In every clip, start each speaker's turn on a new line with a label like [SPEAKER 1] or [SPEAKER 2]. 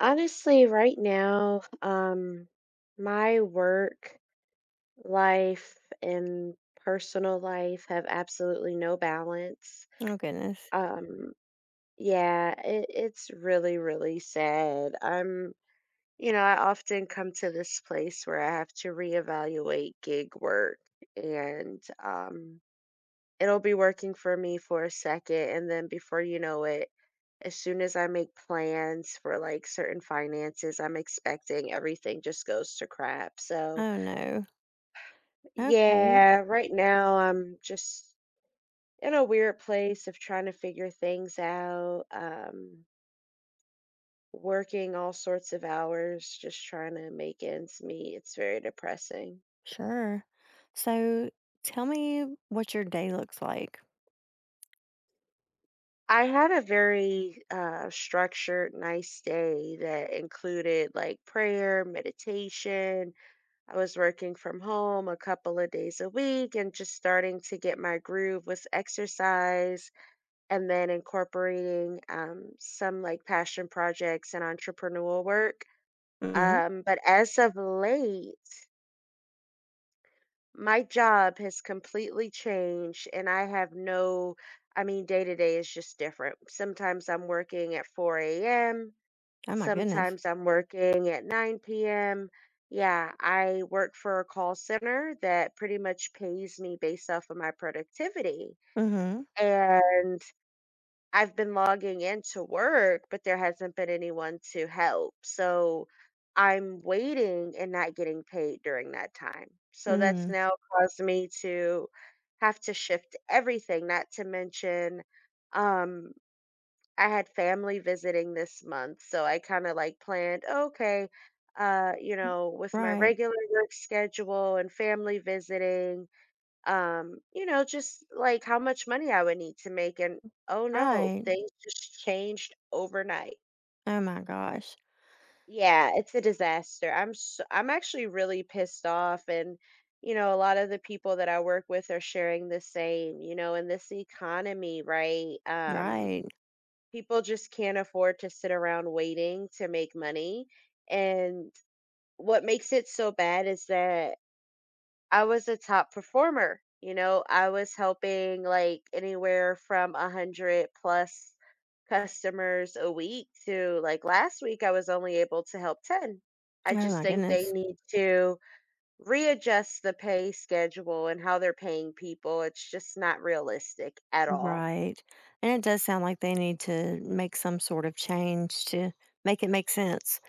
[SPEAKER 1] Honestly, right now, my work life and personal life have absolutely no balance.
[SPEAKER 2] Oh goodness.
[SPEAKER 1] Um, yeah, it's really, really sad. I often come to this place where I have to reevaluate gig work and it'll be working for me for a second, and then before you know it, as soon as I make plans for like certain finances, I'm expecting everything just goes to crap. So,
[SPEAKER 2] Oh no. Okay,
[SPEAKER 1] yeah, right now I'm just in a weird place of trying to figure things out, working all sorts of hours, just trying to make ends meet. It's very depressing.
[SPEAKER 2] sure. So tell me what your day looks like.
[SPEAKER 1] I had a very structured, nice day that included like prayer, meditation. I was working from home a couple of days a week and just starting to get my groove with exercise, and then incorporating some like passion projects and entrepreneurial work.
[SPEAKER 2] Hmm.
[SPEAKER 1] But as of late, my job has completely changed and I have no, I mean, day to day is just different. Sometimes I'm working at 4 a.m.
[SPEAKER 2] Oh my goodness.
[SPEAKER 1] Sometimes I'm working at 9 PM. Yeah, I work for a call center that pretty much pays me based off of my productivity.
[SPEAKER 2] Mm-hmm.
[SPEAKER 1] And I've been logging into work, but there hasn't been anyone to help. So I'm waiting and not getting paid during that time. So that's
[SPEAKER 2] Mm.
[SPEAKER 1] now caused me to have to shift everything, not to mention um I had family visiting this month, so I kind of like planned, "Oh, okay, you know, with my
[SPEAKER 2] Right.
[SPEAKER 1] regular work schedule and family visiting, you know, just like how much money I would need to make. And oh no,
[SPEAKER 2] Right.
[SPEAKER 1] things just changed overnight."
[SPEAKER 2] Oh my gosh.
[SPEAKER 1] Yeah, it's a disaster. I'm actually really pissed off, and you know, a lot of the people that I work with are sharing the same, you know, in this economy, right?
[SPEAKER 2] Right.
[SPEAKER 1] People just can't afford to sit around waiting to make money. And what makes it so bad is that I was a top performer. You know, I was helping like anywhere from 100 plus customers a week to like last week, I was only able to help 10. I
[SPEAKER 2] Oh
[SPEAKER 1] just
[SPEAKER 2] my
[SPEAKER 1] think they
[SPEAKER 2] goodness.
[SPEAKER 1] need to readjust the pay schedule and how they're paying people. It's just not realistic at all.
[SPEAKER 2] Right. And it does sound like they need to make some sort of change to make it make sense.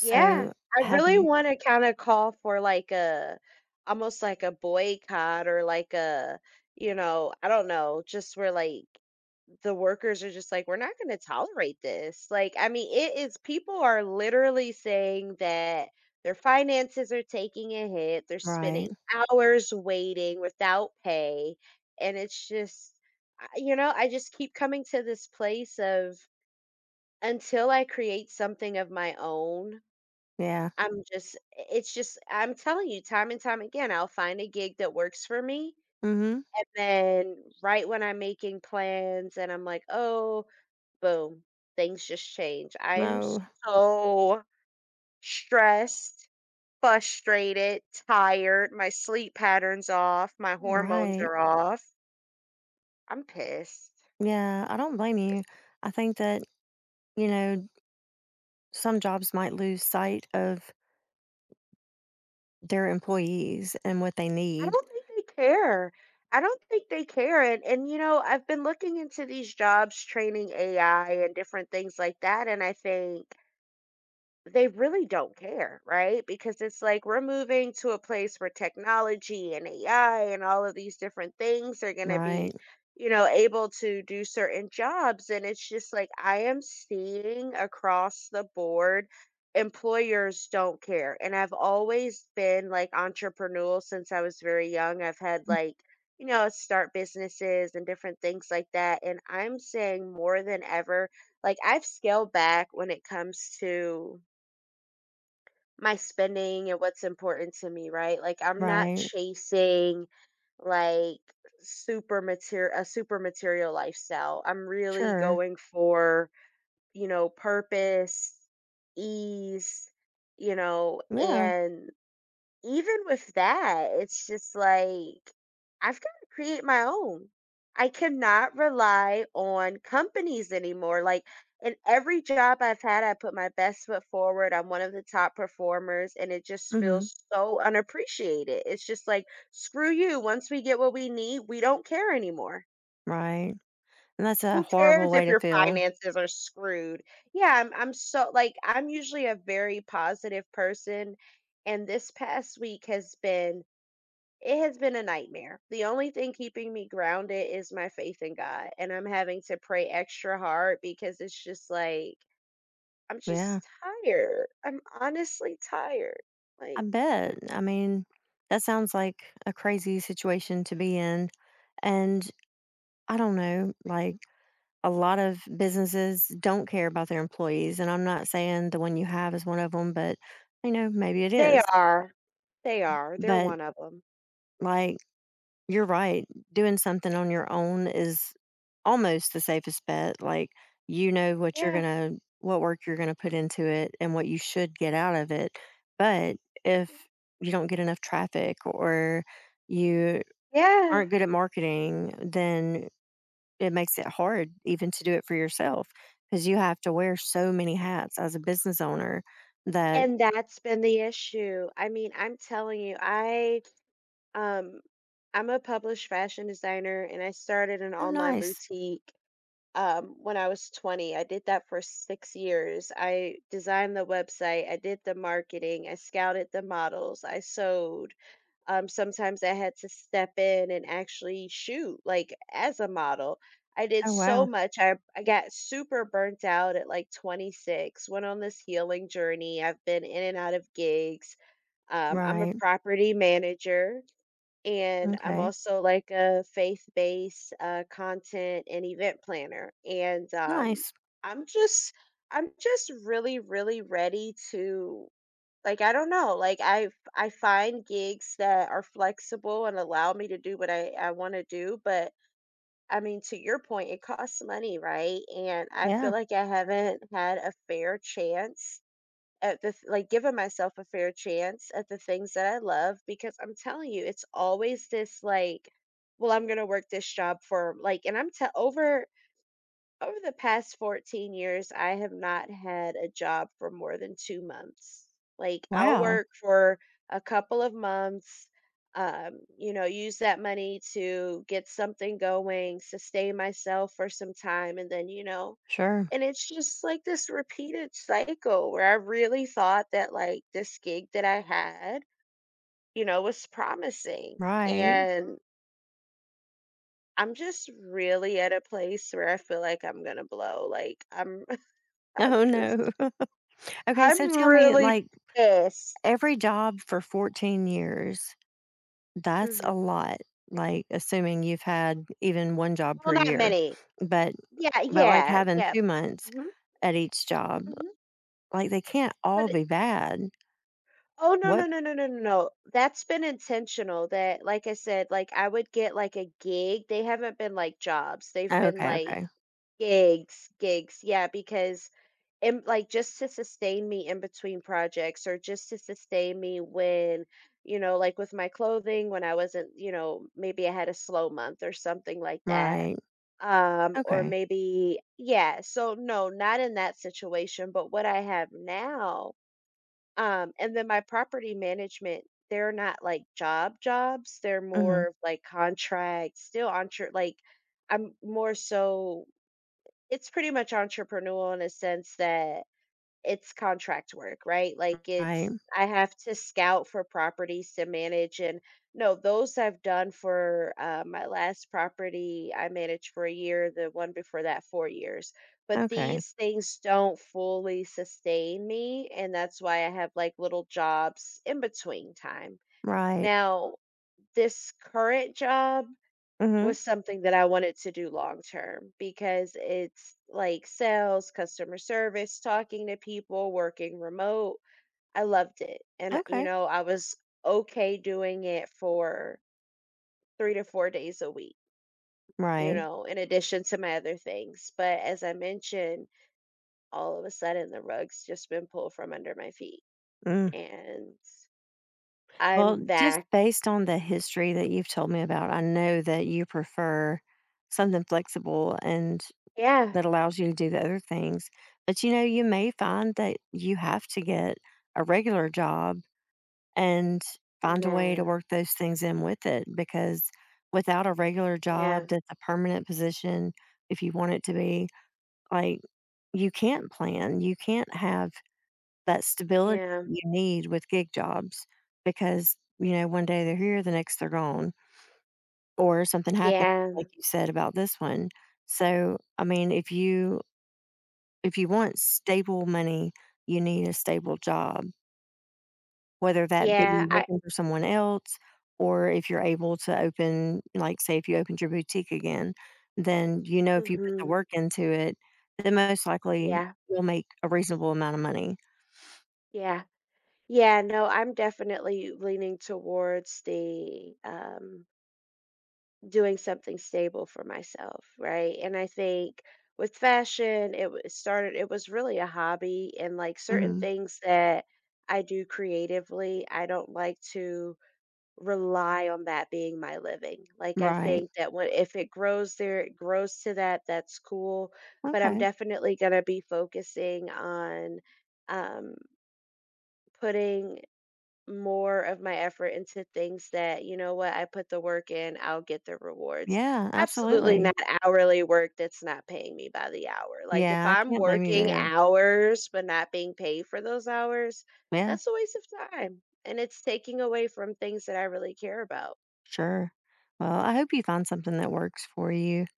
[SPEAKER 1] Yeah, I
[SPEAKER 2] have
[SPEAKER 1] really
[SPEAKER 2] you.
[SPEAKER 1] wanna kinda call for, like, a almost like a boycott, or, like, a you know, I don't know, just where, like, the workers are just like, "We're not gonna tolerate this." Like, I mean, it is, people are literally saying that their finances are taking a hit, they're
[SPEAKER 2] Right.
[SPEAKER 1] spending hours waiting without pay, and it's just I you know, I just keep coming to this place of, until I create something of my own
[SPEAKER 2] Yeah.
[SPEAKER 1] I'm just it's just I'm telling you, time and time again, I'll find a gig that works for me,
[SPEAKER 2] Mm-hmm.
[SPEAKER 1] and then right when I'm making plans and I'm like, "Oh," boom, things just change. I am
[SPEAKER 2] No.
[SPEAKER 1] so stressed, frustrated, tired, my sleep pattern's off, my hormones
[SPEAKER 2] Right.
[SPEAKER 1] are off. I'm pissed.
[SPEAKER 2] Yeah. I don't blame you. I think that, you know, some jobs might lose sight of their employees and what they
[SPEAKER 1] I
[SPEAKER 2] need.
[SPEAKER 1] don't think they care. I don't think they care. And you know, I've been looking into these jobs training AI and different things like that, and I think they really don't care, right? Because it's like we're moving to a place where technology and AI and all of these different things are going to
[SPEAKER 2] Right.
[SPEAKER 1] be, you know, able to do certain jobs. And it's just like I am seeing across the board, employers don't care. And I've always been like entrepreneurial since I was very young. I've had like, you know, start businesses and different things like that. And I'm saying more than ever, like I've scaled back when it comes to my spending and what's important to me, right? Like I'm not
[SPEAKER 2] Right.
[SPEAKER 1] chasing like super material a super material lifestyle. I'm really
[SPEAKER 2] Sure.
[SPEAKER 1] going for, you know, purpose, ease, you know,
[SPEAKER 2] Yeah.
[SPEAKER 1] and even with that, it's just like I've got to create my own. I cannot rely on companies anymore. Like in every job I've had, I put my best foot forward. I'm one of the top performers, and it just
[SPEAKER 2] Hmm.
[SPEAKER 1] feels so unappreciated. It's just like, screw you. Once we get what we need, we don't care anymore.
[SPEAKER 2] Right. And that's a
[SPEAKER 1] Who
[SPEAKER 2] horrible
[SPEAKER 1] cares
[SPEAKER 2] way
[SPEAKER 1] if
[SPEAKER 2] to
[SPEAKER 1] your
[SPEAKER 2] feel.
[SPEAKER 1] finances are screwed? Yeah, I'm so like, I'm usually a very positive person. And this past week has been it has been a nightmare. The only thing keeping me grounded is my faith in God, and I'm having to pray extra hard because it's just like I'm
[SPEAKER 2] Yeah.
[SPEAKER 1] just tired. I'm honestly tired.
[SPEAKER 2] I
[SPEAKER 1] Like
[SPEAKER 2] bet. I mean, that sounds like a crazy situation to be in. And I don't know, like a lot of businesses don't care about their employees. And I'm not saying the one you have is one of them, but maybe it
[SPEAKER 1] they
[SPEAKER 2] is.
[SPEAKER 1] are. They are. They're
[SPEAKER 2] But
[SPEAKER 1] one of them.
[SPEAKER 2] like, you're right. Doing something on your own is almost the safest bet. Like, you know what you're
[SPEAKER 1] Yeah.
[SPEAKER 2] gonna what work you're gonna put into it and what you should get out of it. But if you don't get enough traffic or you
[SPEAKER 1] Yeah.
[SPEAKER 2] aren't good at marketing, then it makes it hard even to do it for yourself because you have to wear so many hats as a business owner that.
[SPEAKER 1] And that's been the issue. I mean, I'm telling you, I um I'm a published fashion designer and I started an
[SPEAKER 2] Oh
[SPEAKER 1] online
[SPEAKER 2] nice.
[SPEAKER 1] boutique when I was 20. I did that for 6 years. I designed the website, I did the marketing, I scouted the models, I sewed. Sometimes I had to step in and actually shoot, like as a model. I did
[SPEAKER 2] Oh
[SPEAKER 1] so
[SPEAKER 2] wow.
[SPEAKER 1] much. I got super burnt out at like 26, went on this healing journey. I've been in and out of gigs. I'm a
[SPEAKER 2] Right.
[SPEAKER 1] property manager and I'm
[SPEAKER 2] Okay.
[SPEAKER 1] also like a faith-based content and event planner. And
[SPEAKER 2] Nice.
[SPEAKER 1] I'm just, I'm just really, really ready to like I don't know, like I find gigs that are flexible and allow me to do what I want to do, but I mean, to your point, it costs money, right? And I
[SPEAKER 2] Yeah.
[SPEAKER 1] feel like I haven't had a fair chance at like giving myself a fair chance at the things that I love, because I'm telling you, it's always this like, well, I'm gonna work this job for like, and I'm tell over over the past 14 years, I have not had a job for more than 2 months. Like I'll
[SPEAKER 2] Wow.
[SPEAKER 1] work for a couple of months, you know, use that money to get something going, sustain myself for some time, and then you know,
[SPEAKER 2] Sure.
[SPEAKER 1] and it's just like this repeated cycle where I really thought that like this gig that I had, you know, was promising.
[SPEAKER 2] Right.
[SPEAKER 1] And I'm just really at a place where I feel like I'm gonna blow. Like I'm I'm
[SPEAKER 2] Oh, no.
[SPEAKER 1] just
[SPEAKER 2] Okay,
[SPEAKER 1] I'm
[SPEAKER 2] so tell me,
[SPEAKER 1] really
[SPEAKER 2] like,
[SPEAKER 1] pissed.
[SPEAKER 2] every job for 14 years, that's
[SPEAKER 1] Mhm.
[SPEAKER 2] a lot, like, assuming you've had even 1 job
[SPEAKER 1] Well,
[SPEAKER 2] per
[SPEAKER 1] not
[SPEAKER 2] year.
[SPEAKER 1] many.
[SPEAKER 2] But
[SPEAKER 1] Yeah,
[SPEAKER 2] but, like,
[SPEAKER 1] yeah,
[SPEAKER 2] having
[SPEAKER 1] yeah.
[SPEAKER 2] 2 months
[SPEAKER 1] Hmm.
[SPEAKER 2] at each job,
[SPEAKER 1] Hmm.
[SPEAKER 2] like, they can't all
[SPEAKER 1] But it,
[SPEAKER 2] be bad.
[SPEAKER 1] oh no,
[SPEAKER 2] What.
[SPEAKER 1] no, no, no, no, no. No. That's been intentional. That, like I said, like I would get like a gig. They haven't been like jobs. They've
[SPEAKER 2] Oh,
[SPEAKER 1] been
[SPEAKER 2] okay,
[SPEAKER 1] like
[SPEAKER 2] okay.
[SPEAKER 1] gigs, gigs, yeah, because like, just to sustain me in between projects, or just to sustain me when, you know, like with my clothing, when I wasn't, you know, maybe I had a slow month or something like that.
[SPEAKER 2] Right. Okay.
[SPEAKER 1] Yeah, so no, not in that situation, but what I have now, and then my property management, they're not like job jobs, they're
[SPEAKER 2] Mhm.
[SPEAKER 1] more of like contracts, still on like I'm more so it's pretty much entrepreneurial in a sense that it's contract work, right? Like
[SPEAKER 2] Right.
[SPEAKER 1] it's I have to scout for properties to manage, and no, those I've done for my last property I managed for a year, the one before that 4 years. But
[SPEAKER 2] Okay.
[SPEAKER 1] these things don't fully sustain me, and that's why I have like little jobs in between time.
[SPEAKER 2] Right.
[SPEAKER 1] Now, this current job
[SPEAKER 2] Mhm.
[SPEAKER 1] was something that I wanted to do long term because it's like sales, customer service, talking to people, working remote. I loved it. And, you
[SPEAKER 2] Okay.
[SPEAKER 1] know, I was okay doing it for 3 to 4 days a week, you
[SPEAKER 2] Right.
[SPEAKER 1] know, in addition to my other things. But as I mentioned, all of a sudden the rug's just been pulled from under my feet,
[SPEAKER 2] Mm.
[SPEAKER 1] and
[SPEAKER 2] Well,
[SPEAKER 1] I'm
[SPEAKER 2] just
[SPEAKER 1] back.
[SPEAKER 2] based on the history that you've told me about, I know that you prefer something flexible and
[SPEAKER 1] Yeah.
[SPEAKER 2] that allows you to do the other things. But you may find that you have to get a regular job and find a way to
[SPEAKER 1] No.
[SPEAKER 2] work those things in with it because without a regular job
[SPEAKER 1] Yeah.
[SPEAKER 2] that's a permanent position, if you want it to be, like you can't plan, you can't have that stability
[SPEAKER 1] Yeah.
[SPEAKER 2] that you need with gig jobs because, one day they're here, the next they're gone, or something happens like
[SPEAKER 1] Yeah.
[SPEAKER 2] you said about this one. So, I mean, if you want stable money, you need a stable job, whether that be
[SPEAKER 1] Yeah.
[SPEAKER 2] working for someone else or if you're able to open, like, say if you opened your boutique again, then if you put the
[SPEAKER 1] Mhm,
[SPEAKER 2] work into it, then most likely
[SPEAKER 1] yeah.
[SPEAKER 2] you'll make a reasonable amount of money.
[SPEAKER 1] Yeah. Yeah, no, I'm definitely leaning towards the doing something stable for myself, right? And I think with fashion, it was really a hobby, and like certain
[SPEAKER 2] Mhm.
[SPEAKER 1] things that I do creatively, I don't like to rely on that being my living. Like I
[SPEAKER 2] Right.
[SPEAKER 1] think that when if it grows there, it grows to that, that's cool. But I'm
[SPEAKER 2] Okay.
[SPEAKER 1] definitely gonna be focusing on um, putting more of my effort into things that, you know what, I put the work in, I'll get the rewards.
[SPEAKER 2] Yeah,
[SPEAKER 1] Absolutely
[SPEAKER 2] absolutely.
[SPEAKER 1] not hourly work that's not paying me by the hour. Like if
[SPEAKER 2] Yeah, I
[SPEAKER 1] I'm
[SPEAKER 2] can't blame you
[SPEAKER 1] working
[SPEAKER 2] there.
[SPEAKER 1] hours but not being paid for those hours,
[SPEAKER 2] Yeah,
[SPEAKER 1] that's a waste of time. And it's taking away from things that I really care about.
[SPEAKER 2] sure. Well, I hope you find something that works for you.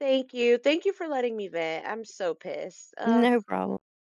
[SPEAKER 1] Thank you. Thank you for letting me vent. I'm so pissed. Ugh.
[SPEAKER 2] No problem.